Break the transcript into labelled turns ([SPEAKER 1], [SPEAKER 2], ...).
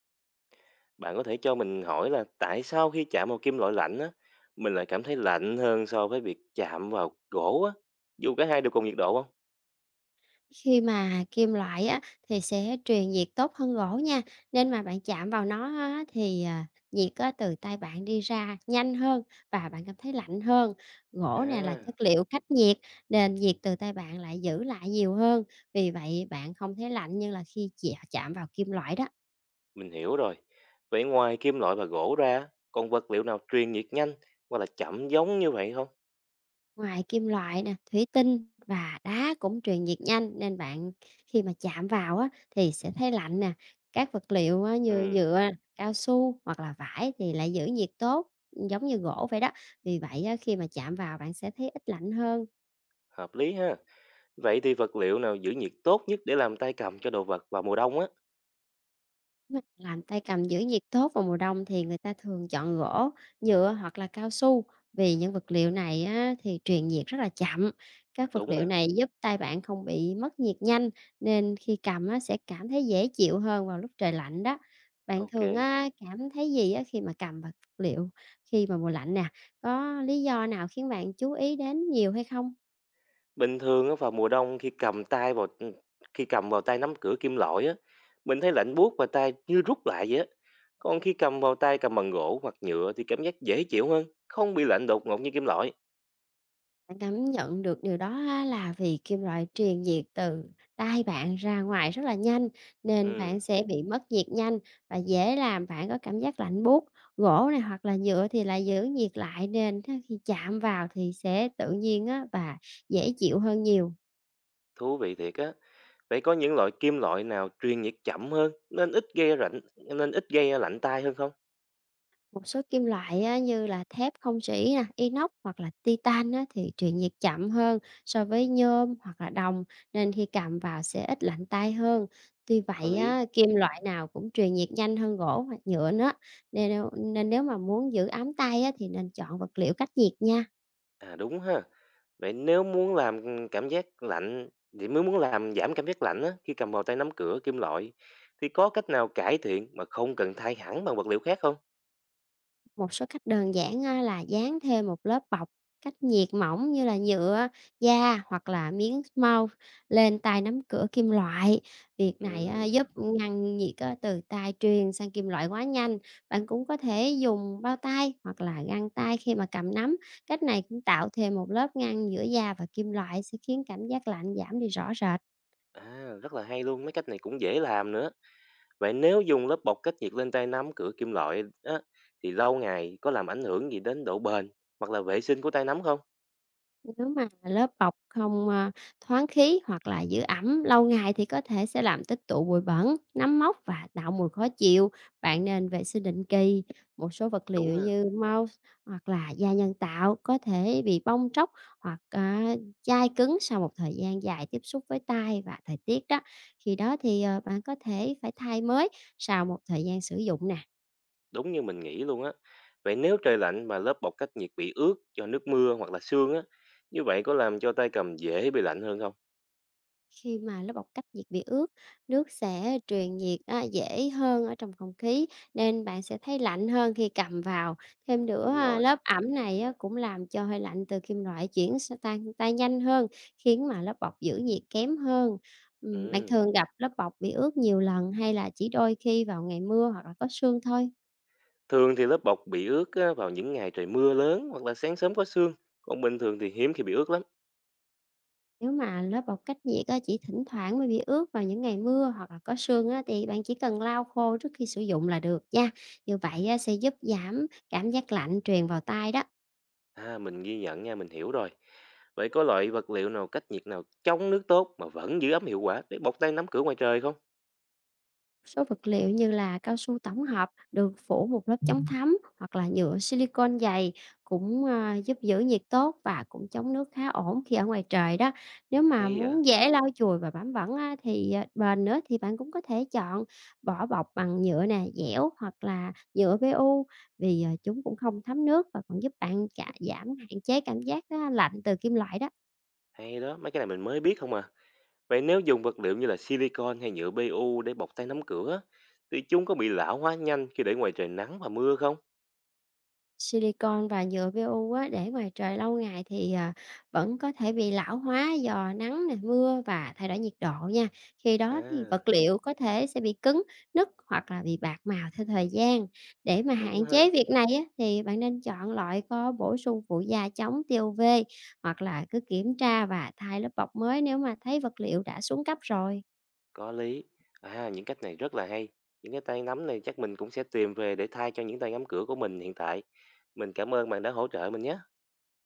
[SPEAKER 1] Bạn có thể cho mình hỏi là tại sao khi chạm vào kim loại lạnh á, mình lại cảm thấy lạnh hơn so với việc chạm vào gỗ á, dù cả hai đều cùng nhiệt độ không?
[SPEAKER 2] Khi mà kim loại á, thì sẽ truyền nhiệt tốt hơn gỗ nha, nên mà bạn chạm vào nó á, thì, nhiệt á, từ tay bạn đi ra nhanh hơn và bạn cảm thấy lạnh hơn. Gỗ nè là
[SPEAKER 1] À,
[SPEAKER 2] chất liệu cách nhiệt, nên nhiệt từ tay bạn lại giữ lại nhiều hơn, vì vậy bạn không thấy lạnh như là khi chạm chạm vào kim loại đó.
[SPEAKER 1] mình hiểu rồi. Vậy ngoài kim loại và gỗ ra, còn vật liệu nào truyền nhiệt nhanh hoặc là chậm giống như vậy không?
[SPEAKER 2] Ngoài kim loại nè, thủy tinh và đá cũng truyền nhiệt nhanh nên bạn khi mà chạm vào á thì sẽ thấy lạnh nè. Các vật liệu á, như
[SPEAKER 1] Ừ,
[SPEAKER 2] nhựa, cao su hoặc là vải thì lại giữ nhiệt tốt giống như gỗ vậy đó. Vì vậy á, khi mà chạm vào bạn sẽ thấy ít lạnh hơn.
[SPEAKER 1] hợp lý ha. Vậy thì vật liệu nào giữ nhiệt tốt nhất để làm tay cầm cho đồ vật vào mùa đông á?
[SPEAKER 2] Làm tay cầm giữ nhiệt tốt vào mùa đông thì người ta thường chọn gỗ, nhựa hoặc là cao su vì những vật liệu này á, thì truyền nhiệt rất là chậm. Các vật
[SPEAKER 1] Đúng
[SPEAKER 2] liệu
[SPEAKER 1] nè,
[SPEAKER 2] này giúp tay bạn không bị mất nhiệt nhanh nên khi cầm á, sẽ cảm thấy dễ chịu hơn vào lúc trời lạnh đó. Bạn thường
[SPEAKER 1] ok.
[SPEAKER 2] á, cảm thấy gì á, khi mà cầm vật liệu khi mà mùa lạnh nè? Có lý do nào khiến bạn chú ý đến nhiều hay không?
[SPEAKER 1] Bình thường á vào mùa đông khi cầm tay vào, ừ, khi cầm vào tay nắm cửa kim loại á, mình thấy lạnh buốt và tay như rút lại vậy á. Còn khi cầm vào tay cầm bằng gỗ hoặc nhựa thì cảm giác dễ chịu hơn, không bị lạnh đột ngột như kim loại.
[SPEAKER 2] Bạn cảm nhận được điều đó á là vì kim loại truyền nhiệt từ tay bạn ra ngoài rất là nhanh, nên bạn
[SPEAKER 1] Ừ,
[SPEAKER 2] sẽ bị mất nhiệt nhanh và dễ làm bạn có cảm giác lạnh buốt. Gỗ này hoặc là nhựa thì lại giữ nhiệt lại nên á khi chạm vào thì sẽ tự nhiên á và dễ chịu hơn nhiều.
[SPEAKER 1] thú vị thiệt á. Vậy có những loại kim loại nào truyền nhiệt chậm hơn nên ít gây lạnh nên ít gây lạnh tay hơn không?
[SPEAKER 2] Một số kim loại á, như là thép không rỉ nè, inox hoặc là titan á, thì truyền nhiệt chậm hơn so với nhôm hoặc là đồng nên khi cầm vào sẽ ít lạnh tay hơn. Tuy
[SPEAKER 1] Có
[SPEAKER 2] vậy
[SPEAKER 1] lý.
[SPEAKER 2] á, kim loại nào cũng truyền nhiệt nhanh hơn gỗ hoặc nhựa nữa. Nên nếu mà muốn giữ ấm tay á, thì nên chọn vật liệu cách nhiệt nha.
[SPEAKER 1] À, đúng ha. Vậy nếu muốn làm, cảm giác lạnh vậy mới muốn làm giảm cảm giác lạnh á, khi cầm vào tay nắm cửa kim loại, thì có cách nào cải thiện mà không cần thay hẳn bằng vật liệu khác không?
[SPEAKER 2] Một số cách đơn giản á, là dán thêm một lớp bọc cách nhiệt mỏng như là nhựa, da hoặc là miếng mau lên tay nắm cửa kim loại. Việc này á,
[SPEAKER 1] Ừm,
[SPEAKER 2] giúp ngăn nhiệt á, từ tay truyền sang kim loại quá nhanh. Bạn cũng có thể dùng bao tay hoặc là găng tay khi mà cầm nắm. Cách này cũng tạo thêm một lớp ngăn giữa da và kim loại sẽ khiến cảm giác lạnh giảm đi rõ rệt.
[SPEAKER 1] rất là hay luôn, mấy cách này cũng dễ làm nữa. Vậy nếu dùng lớp bọc cách nhiệt lên tay nắm cửa kim loại á, thì lâu ngày có làm ảnh hưởng gì đến độ bền hoặc là vệ sinh của tay nắm không?
[SPEAKER 2] Nếu mà lớp bọc không, a, thoáng khí hoặc là giữ ẩm lâu ngày thì có thể sẽ làm tích tụ bụi bẩn, nấm mốc và tạo mùi khó chịu. Bạn nên vệ sinh định kỳ, một số vật liệu
[SPEAKER 1] Đúng ha.
[SPEAKER 2] như mouse hoặc là da nhân tạo có thể bị bong tróc hoặc, à, chai cứng sau một thời gian dài tiếp xúc với tay và thời tiết đó. Khi đó thì, bạn có thể phải thay mới sau một thời gian sử dụng nè.
[SPEAKER 1] Đúng như mình nghĩ luôn á. Vậy nếu trời lạnh mà lớp bọc cách nhiệt bị ướt do nước mưa hoặc là sương á, như vậy có làm cho tay cầm dễ bị lạnh hơn không?
[SPEAKER 2] Khi mà lớp bọc cách nhiệt bị ướt, nước sẽ truyền nhiệt á, dễ hơn ở trong không khí nên bạn sẽ thấy lạnh hơn khi cầm vào. Thêm nữa,
[SPEAKER 1] Đúng rồi.
[SPEAKER 2] lớp ẩm này á, cũng làm cho hơi lạnh từ kim loại chuyển sang tan tan nhanh hơn, khiến mà lớp bọc giữ nhiệt kém hơn. Bạn
[SPEAKER 1] Ừ.
[SPEAKER 2] thường gặp lớp bọc bị ướt nhiều lần hay là chỉ đôi khi vào ngày mưa hoặc là có sương thôi?
[SPEAKER 1] Thường thì lớp bọc bị ướt á, vào những ngày trời mưa lớn hoặc là sáng sớm có sương, còn bình thường thì hiếm khi bị ướt lắm.
[SPEAKER 2] Nếu mà lớp bọc cách nhiệt á, chỉ thỉnh thoảng mới bị ướt vào những ngày mưa hoặc là có sương á, thì bạn chỉ cần lau khô trước khi sử dụng là được nha. Như vậy á, sẽ giúp giảm cảm giác lạnh truyền vào tay đó.
[SPEAKER 1] À, mình ghi nhận nha, mình hiểu rồi. Vậy có loại vật liệu nào cách nhiệt nào chống nước tốt mà vẫn giữ ấm hiệu quả để bọc tay nắm cửa ngoài trời không?
[SPEAKER 2] Số vật liệu như là cao su tổng hợp được phủ một lớp chống thấm hoặc là nhựa silicon dày cũng giúp giữ nhiệt tốt và cũng chống nước khá ổn khi ở ngoài trời đó. Nếu mà
[SPEAKER 1] Hay vậy?
[SPEAKER 2] muốn dễ lau chùi và bám bẩn á, thì bền nữa thì bạn cũng có thể chọn vỏ bọc bằng nhựa nè, dẻo hoặc là nhựa PU vì chúng cũng không thấm nước và còn giúp bạn cả giảm hạn chế cảm giác lạnh từ kim loại đó.
[SPEAKER 1] Hay đó, mấy cái này mình mới biết không à. Vậy nếu dùng vật liệu như là silicon hay nhựa PU để bọc tay nắm cửa thì chúng có bị lão hóa nhanh khi để ngoài trời nắng và mưa không?
[SPEAKER 2] Silicon và nhựa PU á, để ngoài trời lâu ngày thì, vẫn có thể bị lão hóa do nắng nè, mưa và thay đổi nhiệt độ nha. Khi đó thì
[SPEAKER 1] À,
[SPEAKER 2] vật liệu có thể sẽ bị cứng, nứt hoặc là bị bạc màu theo thời gian. Để mà
[SPEAKER 1] đúng
[SPEAKER 2] hạn
[SPEAKER 1] ha,
[SPEAKER 2] chế việc này á, thì bạn nên chọn loại có bổ sung phụ gia chống tia UV hoặc là cứ kiểm tra và thay lớp bọc mới nếu mà thấy vật liệu đã xuống cấp rồi.
[SPEAKER 1] có lý. À, những cách này rất là hay. Những cái tay nắm này chắc mình cũng sẽ tìm về để thay cho những tay nắm cửa của mình hiện tại. Mình cảm ơn bạn đã hỗ trợ mình nhé.